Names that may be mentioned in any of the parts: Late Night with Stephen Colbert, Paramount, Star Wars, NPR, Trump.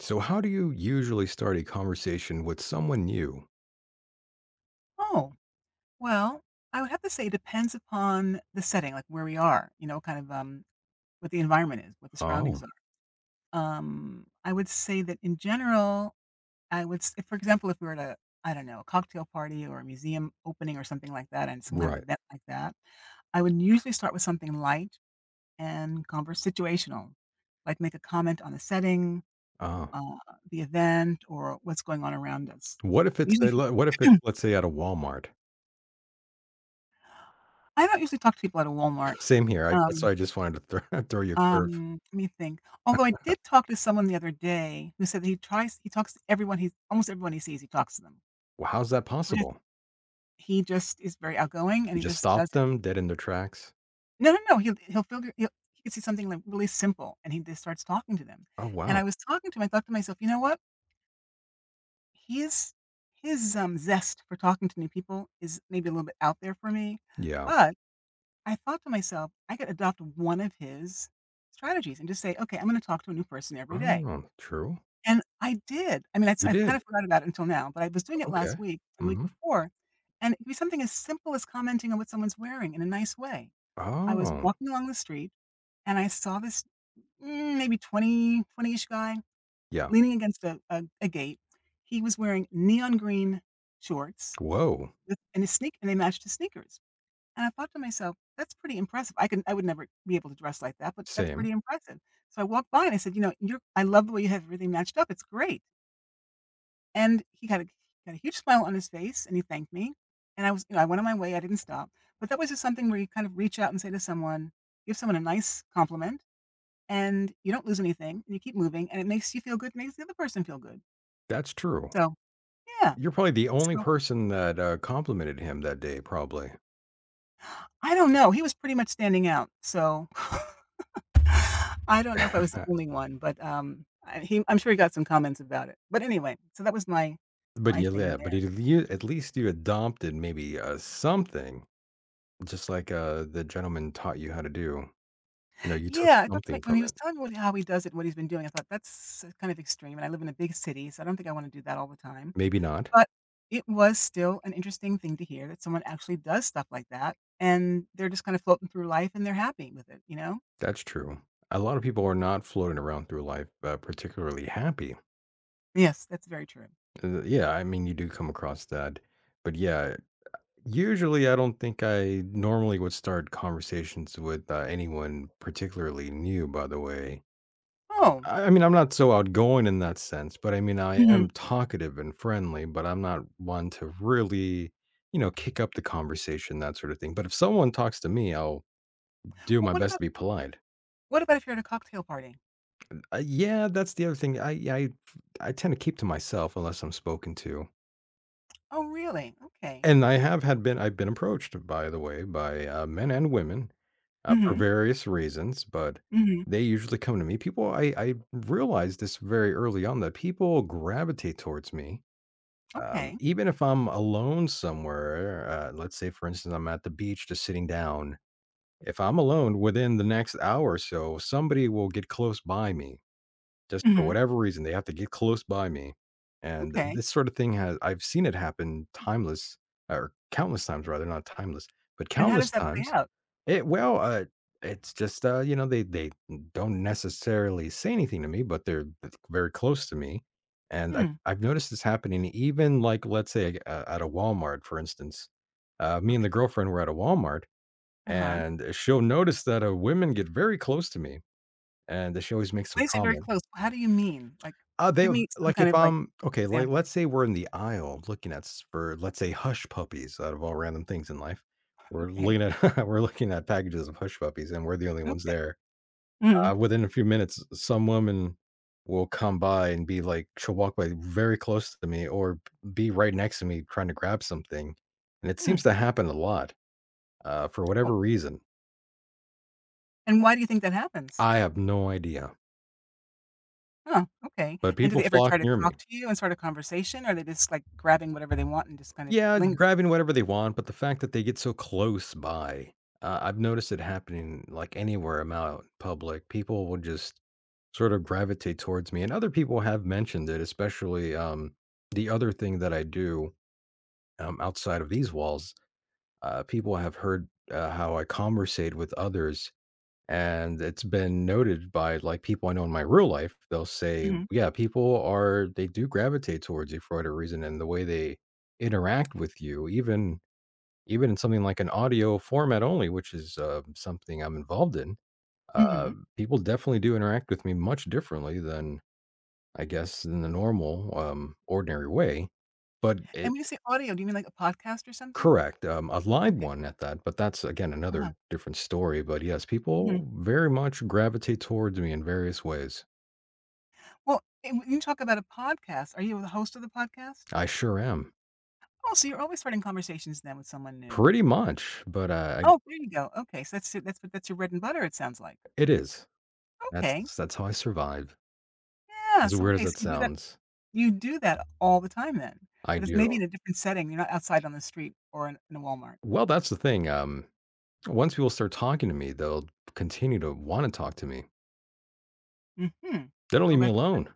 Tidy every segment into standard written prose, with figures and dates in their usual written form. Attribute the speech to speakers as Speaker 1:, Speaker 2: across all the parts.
Speaker 1: So, how do you usually start a conversation with someone new?
Speaker 2: Oh, well, I would have to say it depends upon the setting, like where we are, you know, what the environment is, what the surroundings
Speaker 1: Oh,
Speaker 2: are. I would say that in general, if, for example, if we were at a, I don't know, a cocktail party or a museum opening or something like that, and some kind of
Speaker 1: right.
Speaker 2: event like that, I would usually start with something light and converse situational, like make a comment on the setting,
Speaker 1: Ah,
Speaker 2: uh, the event, or what's going on around us.
Speaker 1: what if it's
Speaker 2: Usually, if you-
Speaker 1: what if it's, let's say, at a Walmart?
Speaker 2: I don't usually talk to people at a Walmart.
Speaker 1: Same here. That's
Speaker 2: Um,
Speaker 1: why I just wanted to throw, throw you a curve.
Speaker 2: Let me think. Although I did talk to someone the other day who said that he talks to everyone he's almost everyone he sees, he talks to them.
Speaker 1: Well, how's that
Speaker 2: But if
Speaker 1: possible?
Speaker 2: he just is very outgoing and
Speaker 1: You
Speaker 2: he
Speaker 1: just
Speaker 2: just
Speaker 1: stopped
Speaker 2: does it.
Speaker 1: them dead in their tracks.
Speaker 2: No, no, no, he'll he'll figure he'll he could see something like really simple and he just starts talking to them.
Speaker 1: Oh
Speaker 2: And
Speaker 1: wow.
Speaker 2: I was talking to him, I thought to myself, you know what? His his zest for talking to new people is maybe a little bit out there for me.
Speaker 1: Yeah.
Speaker 2: But I thought to myself, I could adopt one of his strategies and just say, okay, I'm gonna talk to a new person every day.
Speaker 1: Oh, true.
Speaker 2: And I did. I mean, it's
Speaker 1: You
Speaker 2: I've kind
Speaker 1: did.
Speaker 2: of forgot about it until now, but I was doing it last
Speaker 1: Okay.
Speaker 2: week and the week
Speaker 1: Mm-hmm.
Speaker 2: before, and it could be something as simple as commenting on what someone's wearing in a nice way. I was
Speaker 1: Oh,
Speaker 2: walking along the street and I saw this, maybe 20, 20-ish guy
Speaker 1: yeah.
Speaker 2: leaning against a gate. He was wearing neon green shorts
Speaker 1: Whoa.
Speaker 2: with and his sneak and they matched his sneakers. And I thought to myself, "That's pretty impressive. I would never be able to dress like that, but that's
Speaker 1: Same.
Speaker 2: pretty impressive." So I walked by and I said, "You know, you're I love the way you have everything matched up. It's great." And he got a huge smile on his face, and he thanked me, and I was you know, I went on my way, I didn't stop. But that was just something where you kind of reach out and say to someone give someone a nice compliment, and you don't lose anything, and you keep moving, and it makes you feel good, makes the other person feel good.
Speaker 1: That's true.
Speaker 2: So, yeah.
Speaker 1: You're probably the only
Speaker 2: So,
Speaker 1: person that complimented him that day, probably.
Speaker 2: I don't know, he was pretty much standing out, so I don't know if I was the only one, but, I'm sure he got some comments about it. But anyway, so that was
Speaker 1: But
Speaker 2: my
Speaker 1: yeah,
Speaker 2: thing.
Speaker 1: yeah, but at lea at least you adopted maybe, something, just like, the gentleman taught you how to do. You know, you took
Speaker 2: Yeah, I thought to my
Speaker 1: something
Speaker 2: when he
Speaker 1: from
Speaker 2: was
Speaker 1: it.
Speaker 2: telling me what how he does it and what he's been doing, I thought, "That's kind of extreme, and I live in a big city, so I don't think I wanna do that all the time."
Speaker 1: Maybe not.
Speaker 2: But it was still an interesting thing to hear that someone actually does stuff like that, and they're just kinda floating through life, and they're happy with it, you know?
Speaker 1: That's true. A lot of people are not floating around through life, particularly happy.
Speaker 2: Yes, that's very true.
Speaker 1: Yeah, I mean, you do come across that. But yeah, usually I don't think I normally would start conversations with, anyone particularly new, by the way.
Speaker 2: Oh,
Speaker 1: I mean, I'm not so outgoing in that sense, but I mean, I
Speaker 2: mhm.
Speaker 1: am talkative and friendly, but I'm not one to really, you know, kick up the conversation, that sort of thing. But if someone talks to me, I'll do
Speaker 2: Well,
Speaker 1: my best to be polite.
Speaker 2: what about if you're at a cocktail party?
Speaker 1: Yeah, that's the other thing. I yeah, I tend to keep to myself unless I'm spoken to.
Speaker 2: Oh, really? Okay.
Speaker 1: And I've been approached, by the way, by men and women, for
Speaker 2: Mhm,
Speaker 1: various reasons, but
Speaker 2: mhm,
Speaker 1: they usually come to me. People, I realized this very early on that people gravitate towards me.
Speaker 2: okay,
Speaker 1: Even if I'm alone somewhere, let's say, for instance, I'm at the beach just sitting down. If I'm alone within the next hour or so, somebody will get close by me, just for
Speaker 2: mhm,
Speaker 1: whatever reason, they have to get close by me, and
Speaker 2: okay.
Speaker 1: this sort of thing has I've seen it happen timeless, or countless times rather, not timeless, but
Speaker 2: And how
Speaker 1: countless
Speaker 2: does that play
Speaker 1: times.
Speaker 2: out?
Speaker 1: It well, uh, it's just, you know, they don't necessarily say anything to me, but they're very close to me, and I've
Speaker 2: Hmm,
Speaker 1: I've noticed this happening, even, like, let's say, at a Walmart, for instance. Me and the
Speaker 2: okay,
Speaker 1: girlfriend were at a Walmart,
Speaker 2: uh-huh.
Speaker 1: and she'll notice that, women get very close to me, and she always makes
Speaker 2: When
Speaker 1: some
Speaker 2: you say very
Speaker 1: comment.
Speaker 2: close, how do you mean? Like,
Speaker 1: They
Speaker 2: give me some
Speaker 1: Like,
Speaker 2: kind
Speaker 1: if
Speaker 2: of, like,
Speaker 1: I'm okay, like,
Speaker 2: example.
Speaker 1: let's say we're in the aisle looking at s for, let's say, hush puppies, out of all random things in life. We're
Speaker 2: Okay,
Speaker 1: looking at we're looking at packages of hush puppies, and we're the only ones
Speaker 2: okay.
Speaker 1: there.
Speaker 2: Mhm.
Speaker 1: Within a few minutes, some woman will come by and be like she'll walk by very close to me, or be right next to me trying to grab something, and it
Speaker 2: Mm,
Speaker 1: seems to happen a lot, for
Speaker 2: oh,
Speaker 1: whatever reason.
Speaker 2: and why do you think that happens?
Speaker 1: I have no idea,
Speaker 2: Huh, okay,
Speaker 1: but
Speaker 2: and do
Speaker 1: people
Speaker 2: they ever
Speaker 1: flock
Speaker 2: try to
Speaker 1: near me.
Speaker 2: talk to you and start a conversation, or are they just, like, grabbing whatever they want and just kind of
Speaker 1: Yeah,
Speaker 2: linger?
Speaker 1: grabbing whatever they want, but the fact that they get so close by, I've noticed it happening, like, anywhere I'm out public. People will just sort of gravitate towards me, and other people have mentioned it. Especially, the other thing that I do, outside of these walls, people have heard, how I conversate with others, and it's been noted by, like, people I know in my real life. They'll say,
Speaker 2: Mhm,
Speaker 1: "Yeah, people are they do gravitate towards you for whatever reason, and the way they." Interact with you even, even in something like an audio format only, which is, something I'm involved in, uh,
Speaker 2: mhm,
Speaker 1: people definitely do interact with me much differently than, I guess, in the normal, ordinary way. But
Speaker 2: and
Speaker 1: it
Speaker 2: when you say audio, do you mean like a podcast or something?
Speaker 1: Correct, a live
Speaker 2: Okay,
Speaker 1: one at that, but that's, again,
Speaker 2: uh-huh,
Speaker 1: another different story. But, yes,
Speaker 2: mhm.
Speaker 1: people very much gravitate towards me in various ways.
Speaker 2: Well, and when you talk about a podcast, are you the host of the podcast?
Speaker 1: I sure am.
Speaker 2: Oh, so you're always starting conversations then with someone new.
Speaker 1: Pretty much, but,
Speaker 2: Oh,
Speaker 1: I
Speaker 2: there you go. Okay, so that's your that's your bread and butter, it sounds like.
Speaker 1: it is. That's
Speaker 2: Okay.
Speaker 1: that's how I survive. As
Speaker 2: Yes,
Speaker 1: weird as
Speaker 2: okay, so
Speaker 1: that sounds.
Speaker 2: you do that all the time then,
Speaker 1: I
Speaker 2: but it's maybe
Speaker 1: do.
Speaker 2: in a different setting, you're not outside on the street or in a Walmart.
Speaker 1: Well, that's the thing, once people start talking to me, they'll continue to wanna talk to me.
Speaker 2: Mhm.
Speaker 1: They don't
Speaker 2: Well,
Speaker 1: leave me
Speaker 2: that's
Speaker 1: alone.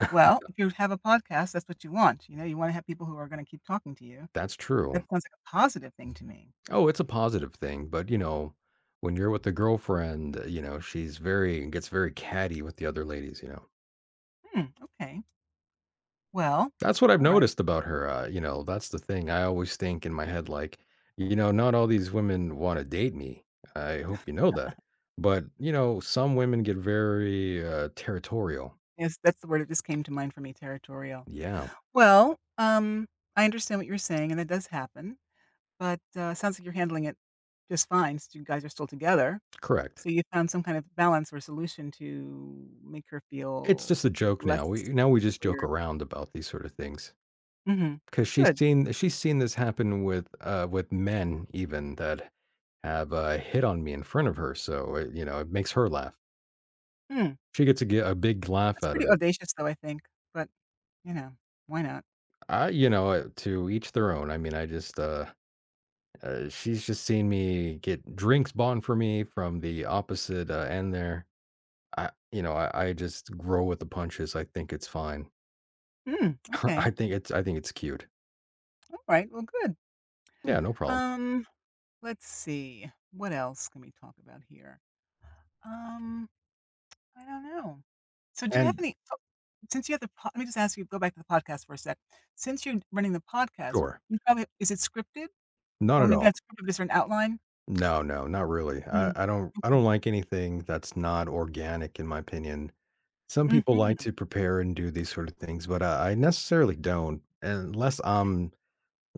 Speaker 2: well, if you have a podcast, that's what you want, you know, you wanna have people who are gonna keep talking to you.
Speaker 1: That's true.
Speaker 2: That sounds like a positive thing to me.
Speaker 1: Oh, it's a positive thing, but, you know, when you're with a girlfriend, you know, she's very gets very catty with the other ladies, you know?
Speaker 2: Hmm, okay. Well,
Speaker 1: That's what I've
Speaker 2: alright.
Speaker 1: noticed about her, you know, that's the thing. I always think in my head, like, you know, not all these women wanna date me. I hope you know that. But, you know, some women get very, territorial.
Speaker 2: Yes, that's the word that just came to mind for me, territorial.
Speaker 1: Yeah,
Speaker 2: Well, I understand what you're saying, and it does happen, but, sounds like you're handling it just fine since you guys are still together.
Speaker 1: correct.
Speaker 2: So you found some kind of balance or solution to make her
Speaker 1: It's just
Speaker 2: feel
Speaker 1: a joke now.
Speaker 2: less
Speaker 1: We just joke
Speaker 2: weird.
Speaker 1: around about these sort of things
Speaker 2: Mhm.
Speaker 1: because she's
Speaker 2: Good.
Speaker 1: seen she's seen this happen with men even that have, hit on me in front of her, so it you know, it makes her laugh.
Speaker 2: Mm.
Speaker 1: She gets a big laugh
Speaker 2: That's
Speaker 1: out of
Speaker 2: pretty
Speaker 1: it.
Speaker 2: audacious though, I think, but, you know, why not?
Speaker 1: To each their own. I mean, I just, she's just seen me get drinks bought for me from the opposite, end there. I you know, I just grow with the punches. I think it's fine.
Speaker 2: Mm, okay.
Speaker 1: I think it's cute.
Speaker 2: Alright, well, good.
Speaker 1: Yeah, no problem.
Speaker 2: Um, let's see. What else can we talk about here? Um, I don't know. So do you have
Speaker 1: And
Speaker 2: any oh, since you have the po let me just ask you go back to the podcast for a sec. Since you're running the podcast,
Speaker 1: sure.
Speaker 2: you probably is it scripted? Or
Speaker 1: Not at
Speaker 2: maybe
Speaker 1: all.
Speaker 2: not scripted, is there an outline?
Speaker 1: No, no, not really.
Speaker 2: Mm,
Speaker 1: I don't, I
Speaker 2: okay.
Speaker 1: don't like anything that's not organic in my opinion. Some people like
Speaker 2: Mhm.
Speaker 1: to prepare and do these sort of things, but I necessarily don't, unless I'm,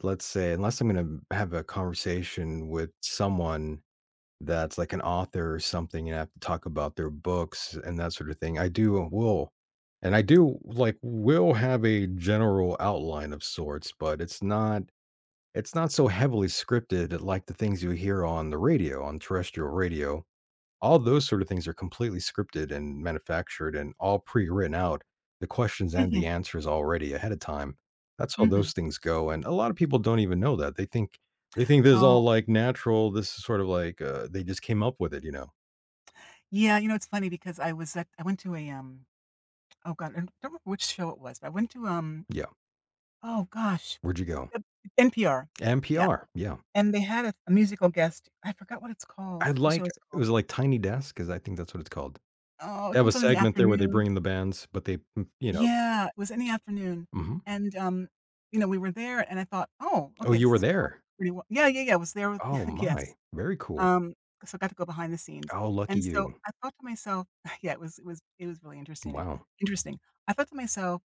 Speaker 1: let's say, unless I'm gonna have a conversation with someone that's like an author or something, and I have to talk about their books and that sort of thing. I do will And I do will have a general outline of sorts, but it's not, it's not so heavily scripted like the things you hear on the radio, on terrestrial radio. All those sort of things are completely scripted and manufactured and all pre-written out, the questions and the
Speaker 2: Mhm,
Speaker 1: answers already ahead of time. That's how
Speaker 2: mhm.
Speaker 1: those things go, and a lot of people don't even know that. They think this is
Speaker 2: Oh,
Speaker 1: all, like, natural, this is sort of like, they just came up with it, you know?
Speaker 2: yeah, you know, it's funny because I was at I went to a, oh god, I don't remember which show it was, but I went to,
Speaker 1: Yeah.
Speaker 2: oh gosh,
Speaker 1: Where'd you go?
Speaker 2: the NPR. Yeah,
Speaker 1: NPR, yeah.
Speaker 2: and they had a musical guest. I forgot what it's called,
Speaker 1: I
Speaker 2: the show
Speaker 1: like
Speaker 2: is
Speaker 1: It
Speaker 2: called.
Speaker 1: was like Tiny Desk, because I think that's what it's called.
Speaker 2: Oh, it
Speaker 1: They have a
Speaker 2: comes on in the
Speaker 1: segment there where they
Speaker 2: afternoon.
Speaker 1: bring in the bands, but they m you know.
Speaker 2: Yeah, it was in the afternoon,
Speaker 1: Mhm.
Speaker 2: and, you know, we were there, and I thought, "Oh,
Speaker 1: Oh,
Speaker 2: okay,
Speaker 1: you
Speaker 2: this
Speaker 1: were
Speaker 2: is going
Speaker 1: there?
Speaker 2: pretty well." Yeah, yeah, yeah, I was there with
Speaker 1: Oh
Speaker 2: yes.
Speaker 1: my, very cool.
Speaker 2: Um, so I got to go behind the scenes,
Speaker 1: Oh, lucky
Speaker 2: and so
Speaker 1: you.
Speaker 2: I thought to myself yeah, it was really
Speaker 1: Wow.
Speaker 2: interesting. I thought to myself,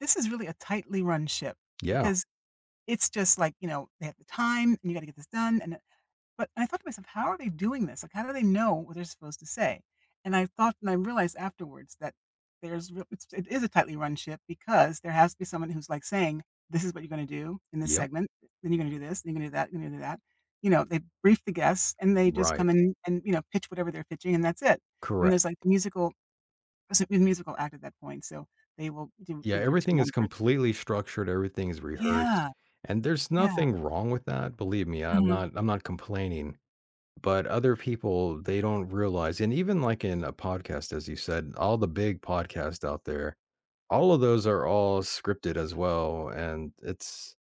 Speaker 2: "This is really a tightly run ship,"
Speaker 1: Yeah.
Speaker 2: because it's just like, you know, they have the time, and you gotta get this done, and but I thought to myself, "How are they doing this? Like, how do they know what they're supposed to say?" And I realized afterwards that there's real it's it is a tightly run ship because there has to be someone who's, like, saying, "This is what you're gonna do in this
Speaker 1: Yep.
Speaker 2: segment, then you're gonna do this, then you're gonna do that, you're gonna do that." You know, they brief the guests, and they just
Speaker 1: Right.
Speaker 2: come in and, you know, pitch whatever they're pitching, and that's it. And
Speaker 1: Correct.
Speaker 2: there's, like, musical it's a musical act at that point, so they will do,
Speaker 1: Yeah,
Speaker 2: you know, their two
Speaker 1: everything is
Speaker 2: numbers.
Speaker 1: completely structured, everything is rehearsed,
Speaker 2: Yeah,
Speaker 1: and there's
Speaker 2: yeah.
Speaker 1: nothing wrong with that, believe me,
Speaker 2: Mhm.
Speaker 1: I'm not complaining, but other people, they don't realize. And even like in a podcast, as you said, all the big podcasts out there, all of those are all scripted as well, and it's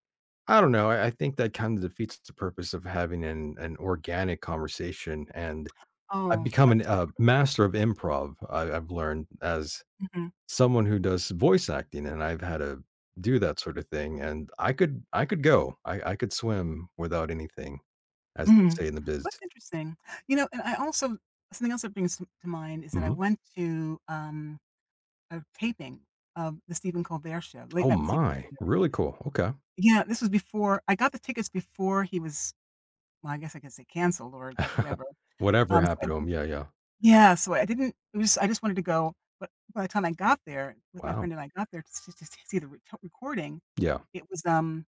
Speaker 1: I don't know, I think that kind of defeats the purpose of having an organic conversation. And I've
Speaker 2: Oh,
Speaker 1: become an,
Speaker 2: that's
Speaker 1: master of improv. I've learned as
Speaker 2: mhm.
Speaker 1: someone who does voice acting, and I've had to do that sort of thing. And I could go. I could swim without anything, as they
Speaker 2: Mhm.
Speaker 1: say in the biz.
Speaker 2: That's interesting. You know, and I also something else that brings to mind is that I
Speaker 1: Mhm.
Speaker 2: went to, a taping of the Stephen Colbert Show, Late
Speaker 1: Oh
Speaker 2: Night with Stephen
Speaker 1: my,
Speaker 2: Colbert.
Speaker 1: really cool. Okay.
Speaker 2: Yeah, this was before I got the tickets before he was well, I guess I could say canceled or whatever.
Speaker 1: Whatever happened
Speaker 2: So
Speaker 1: to
Speaker 2: I
Speaker 1: him? Yeah, yeah.
Speaker 2: Yeah, so I didn't it was I just wanted to go, but by the time I got there with my
Speaker 1: Wow.
Speaker 2: friend and I got there to s see the re recording,
Speaker 1: Yeah,
Speaker 2: it was,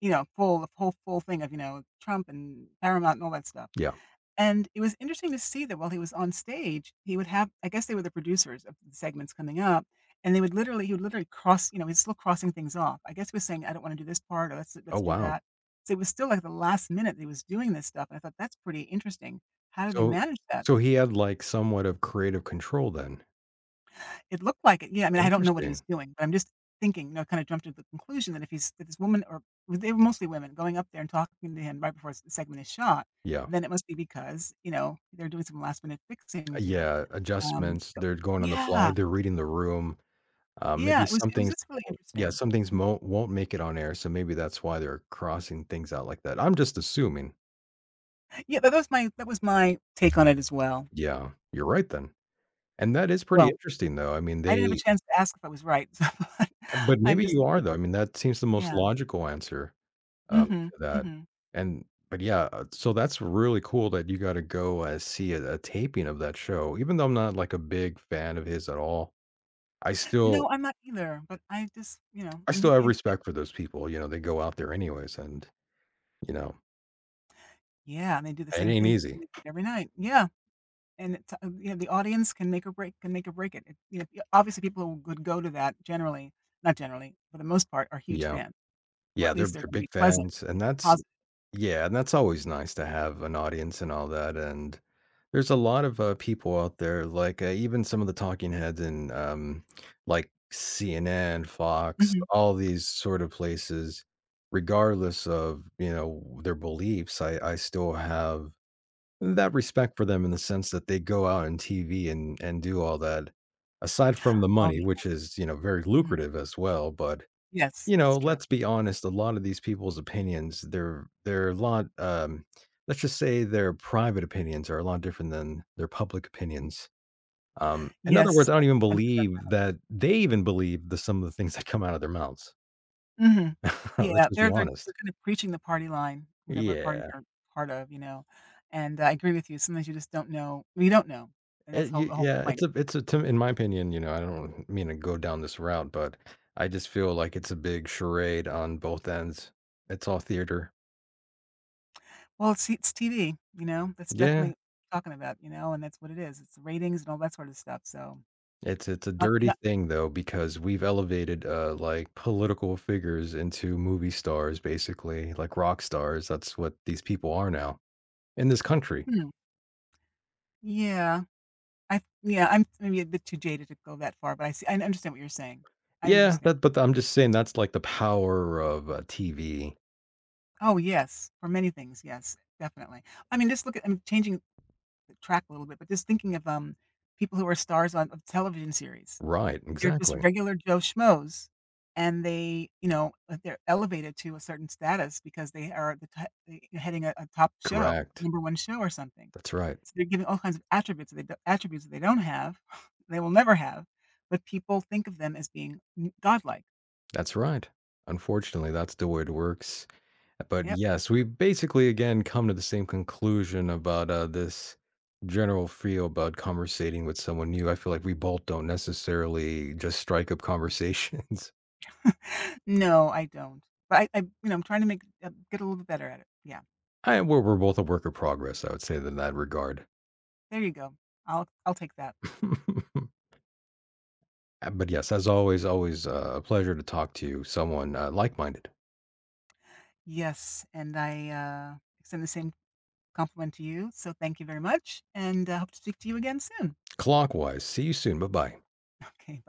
Speaker 2: you know, full the whole full thing of, you know, Trump and Paramount and all that stuff.
Speaker 1: yeah.
Speaker 2: And it was interesting to see that while he was on stage, he would have I guess they were the producers of the segments coming up, and they would literally he would literally cross you know, he's still crossing things off. I guess he was saying, "I don't wanna do this part," or
Speaker 1: Oh
Speaker 2: let's do
Speaker 1: wow.
Speaker 2: that." So it was still like the last minute that he was doing this stuff, and I thought, "That's pretty interesting. How do they
Speaker 1: So,
Speaker 2: manage that?"
Speaker 1: so he had like somewhat of creative control then.
Speaker 2: It looked like it. Yeah, I mean, I don't know what he was
Speaker 1: Interesting.
Speaker 2: doing, but I'm just thinking, you know, kinda jumped to the conclusion that if this woman or they were mostly women going up there and talking to him right before the segment is shot,
Speaker 1: Yeah,
Speaker 2: then it must be because, you know, they're doing some last minute fixing to it.
Speaker 1: yeah.
Speaker 2: Um,
Speaker 1: Adjustments.
Speaker 2: so
Speaker 1: They're going on the fly.
Speaker 2: yeah,
Speaker 1: They're reading the room.
Speaker 2: yeah,
Speaker 1: Maybe some
Speaker 2: it was
Speaker 1: things
Speaker 2: just really
Speaker 1: won't, yeah,
Speaker 2: interesting.
Speaker 1: some things won't make it on air, so maybe that's why they're crossing things out like that. I'm just assuming.
Speaker 2: Yeah, that was my take on it as well.
Speaker 1: Yeah, you're right then. And that is pretty
Speaker 2: Well,
Speaker 1: interesting, though. I mean,
Speaker 2: I didn't have a
Speaker 1: they
Speaker 2: chance to ask if I was right, so but
Speaker 1: But
Speaker 2: I'm
Speaker 1: maybe
Speaker 2: just
Speaker 1: you are,
Speaker 2: thinking
Speaker 1: though. I mean, that seems the most
Speaker 2: yeah.
Speaker 1: logical answer,
Speaker 2: Mhm,
Speaker 1: to that.
Speaker 2: mhm.
Speaker 1: And but Yeah, so that's really cool that you gotta go, see a taping of that show. Even though I'm not, like, a big fan of his at all, I still
Speaker 2: No, I'm not either, but I just, you know,
Speaker 1: I still have
Speaker 2: and
Speaker 1: respect for those people, you know, they go out there anyways, and, you know,
Speaker 2: yeah, and they do the
Speaker 1: it
Speaker 2: same
Speaker 1: ain't
Speaker 2: thing
Speaker 1: easy.
Speaker 2: every night. Yeah, and it's, you know, the audience can make or break it. You know, y obviously people who would go to that generally not generally, for the most part, are huge
Speaker 1: Yeah.
Speaker 2: fans, or at
Speaker 1: Yeah,
Speaker 2: least they're
Speaker 1: they're
Speaker 2: gonna be
Speaker 1: big
Speaker 2: pleasant,
Speaker 1: fans, and that's
Speaker 2: positive.
Speaker 1: yeah, and that's always nice to have an audience and all that, and there's a lot of, people out there, like, even some of the talking heads in, like, CNN, Fox,
Speaker 2: Mhm.
Speaker 1: all these sort of places, regardless of, you know, their beliefs, I still have that respect for them in the sense that they go out on TV and do all that, aside from the
Speaker 2: Oh,
Speaker 1: money,
Speaker 2: yeah.
Speaker 1: which is, you know, very
Speaker 2: Mhm.
Speaker 1: lucrative as well, but
Speaker 2: Yes,
Speaker 1: you know,
Speaker 2: that's true.
Speaker 1: let's be honest, a lot of these people's opinions, they're a lot, let's just say their private opinions are a lot different than their public opinions. In other words,
Speaker 2: Yes.
Speaker 1: I don't even believe that they even believe the some of the things that come out of their mouths.
Speaker 2: Mhm.
Speaker 1: Let's
Speaker 2: Yeah,
Speaker 1: just be
Speaker 2: they're
Speaker 1: honest.
Speaker 2: kind of preaching the party line, whatever party
Speaker 1: Yeah.
Speaker 2: they're part of, you know, and I agree with you, sometimes you just don't know well, you don't know, and that's
Speaker 1: It,
Speaker 2: whole
Speaker 1: y-
Speaker 2: the whole
Speaker 1: yeah,
Speaker 2: point.
Speaker 1: it's a to, In my opinion, you know, I don't mean to go down this route, but I just feel like it's a big charade on both ends. It's all theater.
Speaker 2: Well, it's TV, you know, that's
Speaker 1: Yeah.
Speaker 2: definitely talking about, you know, and that's what it is, it's ratings and all that sort of stuff, so
Speaker 1: It's a
Speaker 2: not
Speaker 1: dirty
Speaker 2: not
Speaker 1: thing though, because we've elevated, like, political figures into movie stars, basically, like rock stars, that's what these people are now in this country.
Speaker 2: hmm, yeah, I yeah, I'm maybe a bit too jaded to go that far, but I understand what you're saying. I
Speaker 1: Yeah,
Speaker 2: understand.
Speaker 1: that but I'm just saying that's like the power of, TV.
Speaker 2: Oh, yes, for many things, yes, definitely. I mean, just look at I mean, changing track a little bit, but just thinking of, people who are stars on of television series.
Speaker 1: Right,
Speaker 2: They're just
Speaker 1: exactly.
Speaker 2: regular Joe Schmoes, and they, you know, they're elevated to a certain status because they are the t they heading a top show,
Speaker 1: Correct.
Speaker 2: number one show or something.
Speaker 1: That's right.
Speaker 2: So they're giving all kinds of attributes that they don't have, they will never have, but people think of them as being n godlike.
Speaker 1: That's right. Unfortunately, that's the way it works. But
Speaker 2: Yep.
Speaker 1: yes, we basically again come to the same conclusion about, this general feel about conversating with someone new. I feel like we both don't necessarily just strike up conversations.
Speaker 2: No, I don't. But I you know, I'm trying to get a little bit better at it. Yeah.
Speaker 1: We're both a work of progress, I would say, in that regard.
Speaker 2: There you go. I'll take that.
Speaker 1: But yes, as always, always, a pleasure to talk to you, someone, like minded.
Speaker 2: Yes, and I, extend the same compliment to you, so thank you very much, and I hope to speak to you again soon.
Speaker 1: Clockwise, see you soon. Bye bye.
Speaker 2: Okay. Bye.